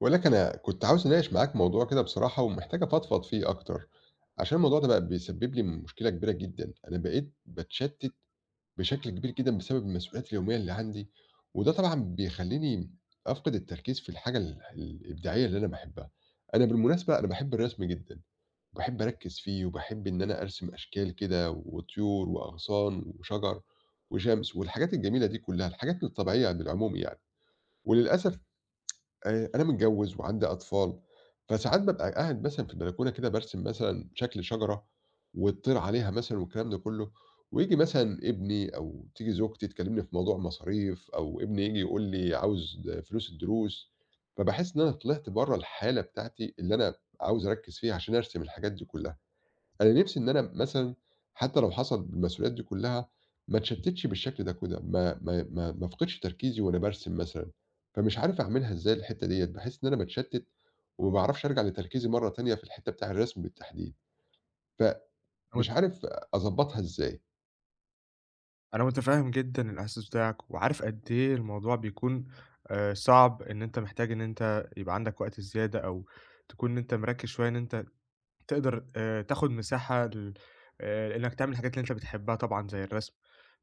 ولكن أنا كنت عاوز أناقش معاك موضوع كده بصراحة ومحتاج أفضفض فيه أكتر، عشان الموضوع ده بقى بيسبب لي مشكلة كبيرة جدًا، أنا بقيت باتشتت بشكل كبير جدًا بسبب المسؤوليات اليومية اللي عندي، وده طبعًا بيخلّيني أفقد التركيز في الحاجة الإبداعية اللي أنا باحبها، أنا بالمناسبة باحب الرسم جدًا، وباحب أركّز فيه وباحب إن أنا أرسم أشكال كده وطيور وأغصان وشجر وشمس والحاجات الجميلة دي كلها، الحاجات الطبيعية بالعموم يعني، وللأسف أنا متجوّز وعندي أطفال، فساعات بابقى قاعد مثلًا في البلكونة كده بارسم مثلًا شكل شجرة وتطِير عليها مثلًا والكلام ده كُلّه، وييجي مثلًا ابني أو تيجي زوجتي تكلّمني في موضوع مصاريف أو ابني ييجي يقول لي عاوز فلوس الدروس، فباحس إن أنا طلعت برّه الحالة بتاعتي اللي أنا عاوز أركّز فيها عشان أرسم الحاجات دي كُلّها. أنا نِفْسي إن أنا مثلًا حتى لو حصل بالمسؤوليات دي كلّها، ما اتشتِّتش بالشكل ده كده، ما افقدش تركيزي وأنا بارسم مثلًا، فمش عارف أعملها إزاي الحتّة ديّة، باحس إن أنا باتشتِّت وما باعرفش أرجع لتركيزي مرّة تانية في الحتّة بتاع الرسم بالتحديد، أنا فمش مت عارف أضبّطها إزاي. أنا متفهم جدًا الإحساس بتاعك، وعارف قد إيه الموضوع بيكون صعب، إن أنت محتاج إن أنت يبقى عندك وقت زيادة، أو تكون أنت مركز شوية إن أنت تقدر تاخد مساحة ل إنك تعمل الحاجات اللي أنت بتحبها طبعًا زي الرسم.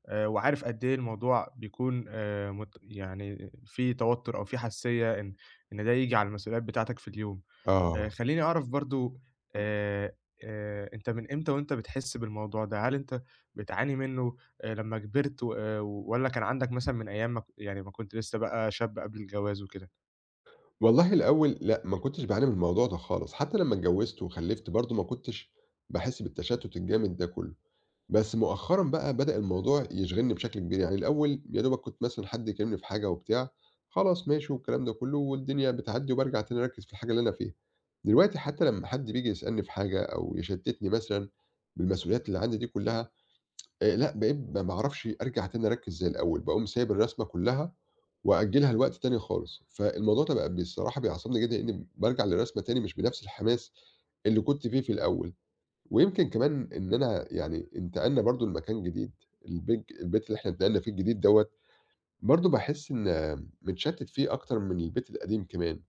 وعارف قد إيه الموضوع بيكون مت يعني في توتُّر أو في حساسية إن ده ييجي على المسؤوليات بتاعتك في اليوم. آه. خلّيني أعرف برضه، آآ أنت من إمتى وأنت بتحس بالموضوع ده؟ هل أنت بتعاني منّه لمّا كبرت، والّا كان عندك مثلًا من أيام ما ك يعني ما كنت لسّه بقى شاب قبل الجواز وكده؟ والله الأول لأ، ما كنتش باعاني من الموضوع ده خالص، حتى لمّا اتجوّزت وخلِّفت برضه ما كنتش باحس بالتشتُّت الجامد ده كلّه. بس مؤخرًا بقى بدأ الموضوع يشغلني بشكل كبير، يعني الأول يا دوبك كنت مثلًا حد يكلمني في حاجة وبتاع، خلاص ماشي والكلام ده كله والدنيا بتعدّي وبارجع تاني أركّز في الحاجة اللي أنا فيها. دلوقتي حتى لمّا حد بييجي يسألني في حاجة أو يشتتني مثلًا بالمسؤوليات اللي عندي دي كلها، لأ بقيت ما باعرفش أرجع تاني أركّز زي الأول، باقوم سايب الرسمة كلها وأأجلها لوقت تاني خالص. فالموضوع ده بقى بصراحة بيعصبني جدًا لإني بارجع للرسمة تاني مش بنفس الحماس اللي كنت فيه في الأول. ويمكن كمان إن أنا يعني انتقلنا برضه لمكان جديد، البيت اللي إحنا انتقلنا فيه الجديد دوّة، برضه باحس إن متشتت فيه أكتر من البيت القديم كمان،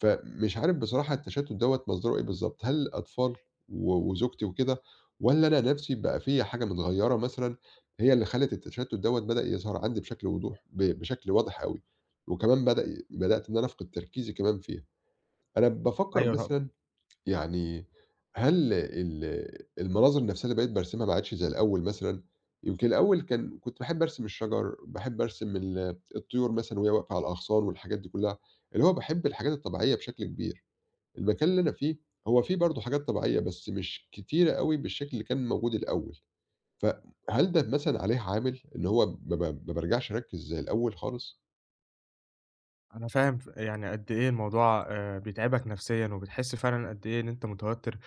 فمش عارف بصراحة التشتت دوّة مصدره إيه بالضبط، هل الأطفال وزوجتي وكده، والّا أنا نفسي بقى في حاجة متغيرة مثلًا هي اللي خلت التشتت دوّة بدأ يظهر عندي بشكل وضوح ب بشكل واضح أوي، وكمان بدأت إن أنا أفقد تركيزي كمان فيها، أنا بافكر أيوه طبعًا. مثلًا يعني هل المناظر نفسها اللي بقيت بارسمها ما عادش زي الأول مثلًا؟ يمكن الأول كان كنت باحب أرسم الشجر، باحب أرسم الطيور مثلًا وهي واقفة على الأغصان والحاجات دي كلّها، اللي هو باحب الحاجات الطبيعية بشكل كبير. المكان اللي أنا فيه هو فيه برضه حاجات طبيعية بس مش كتيرة أوي بالشكل اللي كان موجود الأول. فهل ده مثلًا عليه عامل إن هو ما بارجعش أركّز زي الأول خالص؟ أنا فاهم، يعني قد إيه الموضوع بيتعبك نفسيًا، وبتحس فعلًا قد إيه إن أنت متوتر،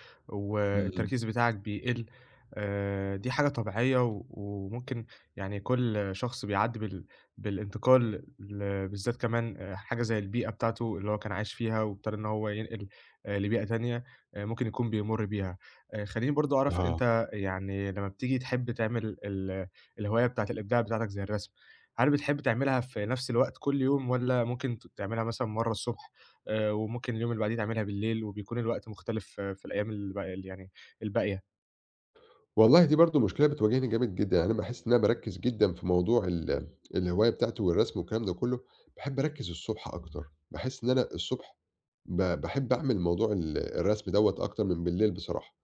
إمم. والتركيز بتاعك بيقل. دي حاجة طبيعية، وممكن يعني كل شخص بيعدّي بالانتقال، بالذات كمان حاجة زي البيئة بتاعته اللي هو كان عايش فيها، وابتدى إن هو ينقل لبيئة تانية، ممكن يكون بيمُر بيها. خلّيني برضه أعرف، أنت يعني لمّا بتيجي تحب تعمل الهواية بتاعة الإبداع بتاعتك زي الرسم، هل بتحب تعملها في نفس الوقت كل يوم، والّا ممكن تعملها مثلًا مرّة الصبح، وممكن اليوم اللي بعديه تعملها بالليل وبيكون الوقت مختلف، في الأيام الب ال يعني الباقية؟ والله دي برضه مشكلة بتواجهني جامد جدًا، يعني أنا باحس إن أنا باركّز جدًا في موضوع الهواية بتاعتي والرسم والكلام ده كلّه، باحب أركّز الصبح أكتر، باحس إن أنا الصبح باحب أعمل موضوع الرسم دوّة أكتر من بالليل بصراحة،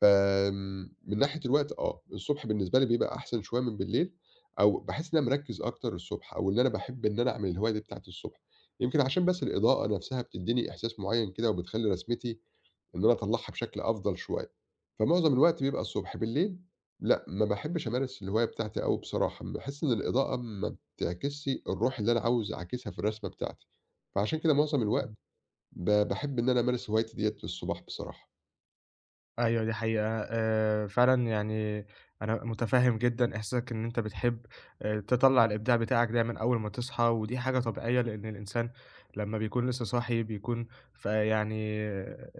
فآمم، من ناحية الوقت آه، الصبح بالنسبة لي بيبقى أحسن شوية من بالليل، أو باحس إن أنا مركّز أكتر الصبح، أو إن أنا باحب إن أنا أعمل الهواية دي بتاعتي الصبح، يمكن عشان بس الإضاءة نفسها بتدّيني إحساس معيّن كده، وبتخلّي رسمتي إن أنا أطلّعها بشكل أفضل شوية، فمعظم الوقت بيبقى الصبح، بالليل لأ، ما باحبش أمارس الهواية بتاعتي أوي بصراحة، باحس إن الإضاءة ما بتعكسش الروح اللي أنا عاوز أعكسها في الرسمة بتاعتي، فعشان كده معظم الوقت باحب إن أنا أمارس هوايتي ديّة الصباح بصراحة. أيوه، دي حقيقة. فعلًا يعني أنا مُتفهِّم جدًا إحساسك إن أنت بتحب تطلّع الإبداع بتاعك دايمًا أول ما تصحى، ودي حاجة طبيعية، لإن الإنسان لمّا بيكون لسه صاحي بيكون، فيعني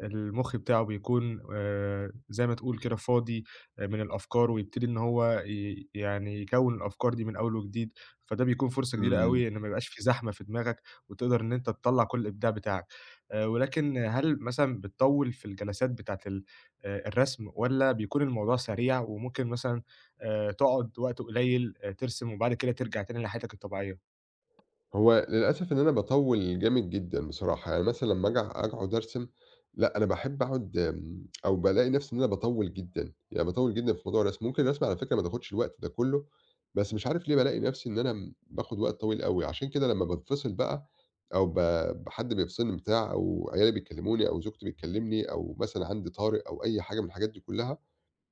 المُخ بتاعه بيكون زي ما تقول كده فاضي، من الأفكار، ويبتدي إن هو يعني يكوّن الأفكار دي من أول وجديد، فده بيكون فرصة جديدة أوي إن ما يبقاش في زحمة في دماغك، وتقدر إن أنت تطلّع كل الإبداع بتاعك. ولكن هل مثلًا بتطوّل في الجلسات بتاعة ال الرسم، والّا بيكون الموضوع سريع وممكن مثلًا تقعد وقت قليل ترسم وبعد كده ترجع تاني لحياتك الطبيعية؟ هو للأسف إن أنا باطوّل جامد جدًا بصراحة، يعني مثلًا لمّا آجي أقعد أرسم، لأ أنا باحب أقعد أو بالاقي نفْسي إن أنا باطوّل جدًا، يعني باطوّل جدًا في موضوع الرسم، ممكن الرسم على فكرة ما تاخدش الوقت ده كلّه، بس مش عارف ليه بالاقي نفْسي إن أنا باخد وقت طويل أوي، عشان كده لمّا بانفصل بقى أو ب ب حد بيفصلني بتاع أو عيالي بيكلموني أو زوجتي بتكلمني أو مثلًا عندي طارئ أو أي حاجة من الحاجات دي كلّها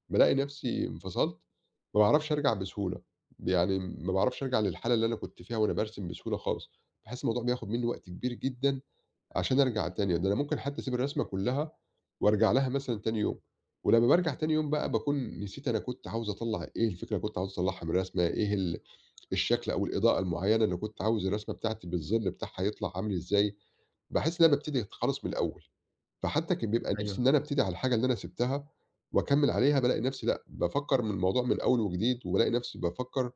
بالاقي نفسي انفصلت، ما باعرفش أرجع بسهولة، يعني ما باعرفش أرجع للحالة اللي أنا كنت فيها وأنا بارسم بسهولة خالص، باحس الموضوع بياخد منّي وقت كبير جدًا عشان أرجع تاني، ده أنا ممكن حتى أسيب الرسمة كلّها وأرجع لها مثلًا تاني يوم، ولمّا بارجع تاني يوم بقى باكون نسيت أنا كنت عاوز أطلّع إيه الفكرة اللي كنت عاوز أطلّعها من الرسمة، إيه الشكل أو الإضاءة المعيّنة اللي كنت عاوز الرسمة بتاعتي بالظل بتاعها يطلع عامل إزاي، باحس إن أنا بابتدي خالص من الأول. فحتى كان بيبقى أيوه، نِفْسي إن أنا أبتدي على الحاجة اللي أنا سِبتها وأكمّل عليها، بالاقي نَفْسي لأ، بافكّر من الموضوع من أول وجديد، وبالاقي نَفْسي بافكّر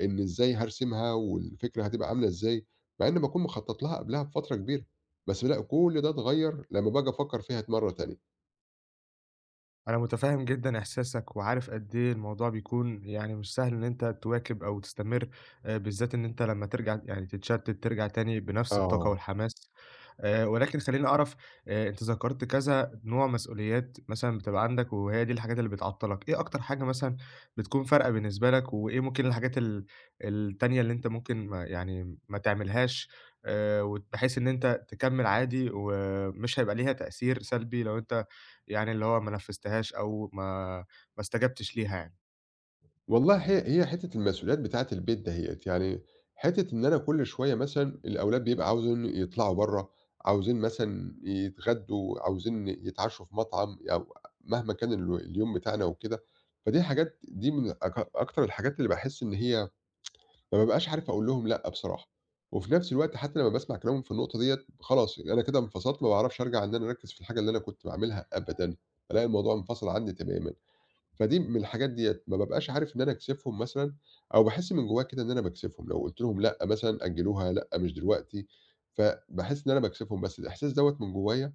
إن إزاي هارسمها والفكرة هتبقى عاملة إزاي، مع إنّي باكون مخطّط لها قبلها بفترة كبيرة، بس بالاقي كل ده اتغيّر لمّا باجي أفكّر فيها مرّة تانية. أنا متفهم جدًا إحساسك، وعارف قد إيه الموضوع بيكون يعني مش سهل إن أنت تواكب أو تستمر، بالذات إن أنت لمّا ترجع يعني تتشتت ترجع تاني بنفس الطاقة آه. والحماس. ولكن خلّيني أعرف، أنت ذكرت كذا نوع مسؤوليات مثلًا بتبقى عندك، وهي دي الحاجات اللي بتعطّلك، إيه أكتر حاجة مثلًا بتكون فارقة بالنسبة لك، وإيه ممكن الحاجات التانية اللي أنت ممكن ما يعني ما تعملهاش، وت بحيث إن أنت تكمّل عادي، ومش هيبقى ليها تأثير سلبي لو أنت يعني اللي هو ما نفّذتهاش، أو ما استجبتش ليها يعني؟ والله هي حتّة المسؤوليات بتاعة البيت دهيّة، يعني حتّة إن أنا كل شوية مثلًا الأولاد بيبقى عاوزين يطلعوا برّه، عاوزين مثلًا يتغدّوا، عاوزين يتعشّوا في مطعم أو مهما كان اليوم بتاعنا وكده، فدي حاجات دي من أكتر الحاجات اللي باحس إن هي ما بابقاش عارف أقول لهم لأ بصراحة، وفي نفس الوقت حتّى لمّا باسمع كلامهم في النقطة ديّة خلاص أنا كده انفصلت ما باعرفش أرجع إن أنا أركّز في الحاجة اللي أنا كنت باعملها أبدًا، بالاقي الموضوع انفصل عني تمامًا. فدي من الحاجات ديّة، ما بابقاش عارف إن أنا أكسفهم مثلًا أو باحس من جوايا كده إن أنا باكسفهم، لو قُلت لهم لأ مثلًا أجّلوها، لأ مش دلوقتي، فباحس إن أنا باكسفهم، بس الإحساس دوّة من جوايا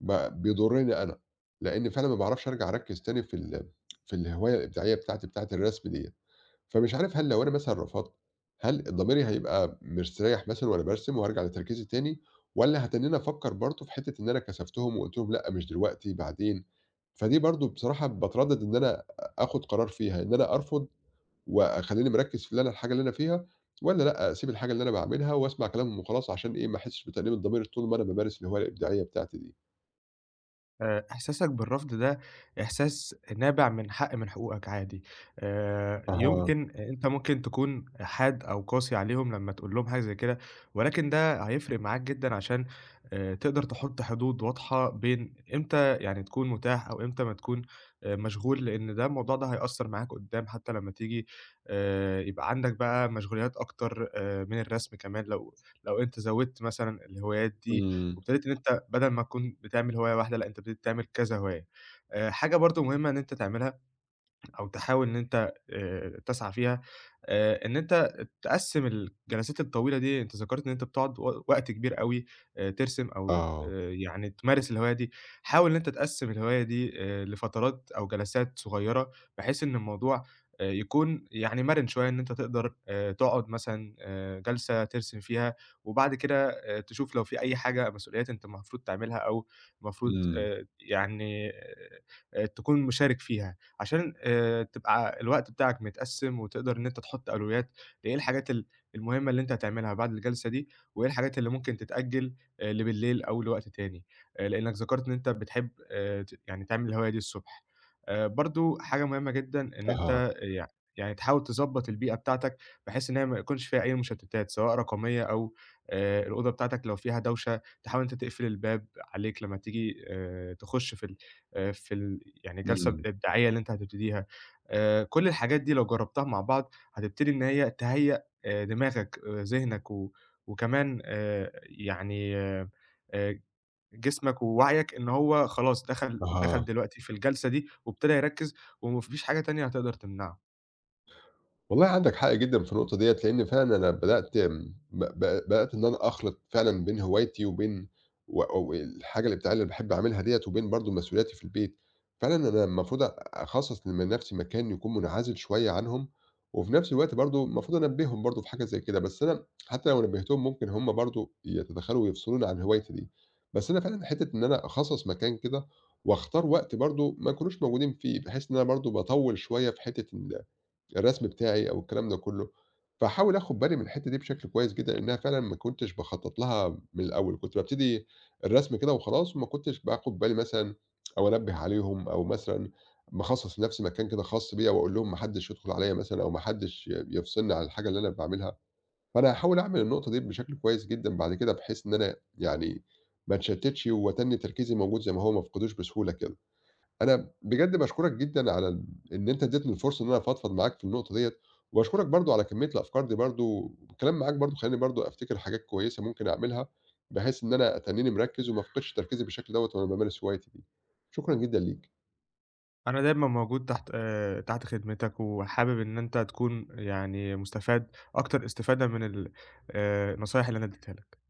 ب بيضرني أنا، لإن فعلًا ما باعرفش أرجع أركّز تاني في الهواية الإبداعية بتاعتي، بتاعة الرسم ديّة. فمش عارف هل لو أنا مثلًا رفضت، هل ضميري هيبقى مستريّح مثلًا وأنا بارسم وهارجع لتركيزي تاني، والّا هاتنّني أفكّر برضه في حتّة إن أنا كسفتهم وقُلت لهم لأ مش دلوقتي بعدين، فدي برضه بصراحة باتردّد إن أنا آخُد قرار فيها، إن أنا أرفض وأخلّيني مركّز في اللي أنا الحاجة اللي أنا فيها، والّا لأ أسيب الحاجة اللي أنا باعملها وأسمع كلامهم وخلاص عشان إيه ما أحسّش بتأنيب الضمير طول ما أنا بامارس الهواية الإبداعية بتاعتي دي. إحساسك بالرفض ده إحساس نابع من حق، من حقوقك عادي. أها، يمكن أنت ممكن تكون حاد أو قاسي عليهم لمّا تقول لهم حاجة زي كده، ولكن ده هيفرق معاك جدًا، عشان تقدر تحط حدود واضحة بين إمتى يعني تكون متاح، أو إمتى ما تكون مشغول، لإن ده الموضوع ده هيأثّر معاك قدّام، حتى لمّا تيجي يبقى عندك بقى مشغوليات أكتر، من الرسم كمان، لو أنت زوّدت مثلًا الهوايات دي، إمم، وابتديت إن أنت بدل ما تكون بتعمل هواية واحدة، لأ أنت ابتديت تعمل كذا هواية. حاجة برضه مهمة إن أنت تعملها، أو تحاول إن أنت تسعى فيها، إن أنت تقسّم الجلسات الطويلة دي. أنت ذكرت إن أنت بتقعد وقت كبير أوي ترسم، أو آه، يعني تمارس الهواية دي، حاول إن أنت تقسّم الهواية دي لفترات أو جلسات صغيرة، بحيث إن الموضوع يكون يعني مَرِن شوية، إن أنت تقدر تقعد مثلًا جلسة ترسم فيها، وبعد كده تشوف لو في أي حاجة مسؤوليات أنت المفروض تعملها، أو المفروض إمم، يعني تكون مشارك فيها. عشان تبقى الوقت بتاعك متقسّم، وتقدر إن أنت تحُط أولويات لإيه الحاجات المهمة اللي أنت هتعملها بعد الجلسة دي، وإيه الحاجات اللي ممكن تتأجّل لبالليل أو لوقت تاني، لإنّك ذكرت إن أنت بتحب ت يعني تعمل الهواية دي الصبح. برضه حاجة مهمة جدًا إن أها، أنت يعني تحاول تضبّط البيئة بتاعتك، بحيث إن هي ما يكونش فيها أي مشتّتات، سواء رقمية أو الأوضة بتاعتك لو فيها دوشة، تحاول إن أنت تقفل الباب عليك لمّا تيجي تخُش في يعني الجلسة إمم، الإبداعية اللي أنت هتبتديها. كل الحاجات دي لو جرّبتها مع بعض، هتبتدي إن هي تهيّأ دماغك، ذهنك، وكمان يعني جسمك ووعيك إن هو خلاص دخل أها. دلوقتي في الجلسة دي، وابتدى يركّز وما فيش حاجة تانية هتقدر تمنعه. والله عندك حق جدًا في النقطة ديّة، لإن فعلًا أنا بدأت م ب ب بدأت إن أنا أخلط فعلًا بين هوايتي وبين والحاجة الإبداعية اللي باحب أعملها ديّة، وبين برضه مسؤولياتي في البيت. فعلًا أنا المفروض أخصّص لنفسي مكان يكون منعزل شوية عنهم، وفي نفس الوقت برضه المفروض أنبّههم برضه في حاجة زي كده، بس أنا حتى لو نبّهتهم ممكن هم برضه يتدخلوا ويفصلوني عن هوايتي دي. بس أنا فعلًا حتّة إن أنا أخصّص مكان كده، واختار وقت برضه ما يكونوش موجودين فيه، بحيث إن أنا برضه باطوّل شوية في حتّة الرسم بتاعي أو الكلام ده كله، فاحاول آخد بالي من الحتّة دي بشكل كويس جدًا، لإنها فعلًا ما كنتش باخطط لها من الأول، كنت بابتدي الرسم كده وخلاص وما كنتش باخد بالي مثلًا أو أنبّه عليهم أو مثلًا مخصّص لنفسي مكان كده خاص بيّا وأقول لهم ما حدّش يدخل عليَّ مثلًا أو ما حدّش يفصلني عن الحاجة اللي أنا باعملها، فأنا هاحاول أعمل النقطة دي بشكل كويس جدًا بعد كده بحيث إن أنا يعني ما اتشتّتش وأتنّي تركيزي موجود زي ما هو، ما افقدوش بسهولة كده. أنا بجد باشكرك جدًا على إن أنت ادّيتني الفرصة إن أنا أفضفض معاك في النقطة ديّة، وباشكرك برضه على كمية الأفكار دي برضه، الكلام معاك برضه خلّاني برضه أفتكر حاجات كويسة ممكن أعملها، بحيث إن أنا أتنّيني مركّز وما أفقدش تركيزي بالشكل دوّة وأنا بامارس هوايتي دي. شكرًا جدًا ليك. أنا دايمًا موجود تحت تحت خدمتك، وحابب إن أنت تكون يعني مُستفاد أكتر استفادة من ال النصايح اللي أنا ادّيتها لك.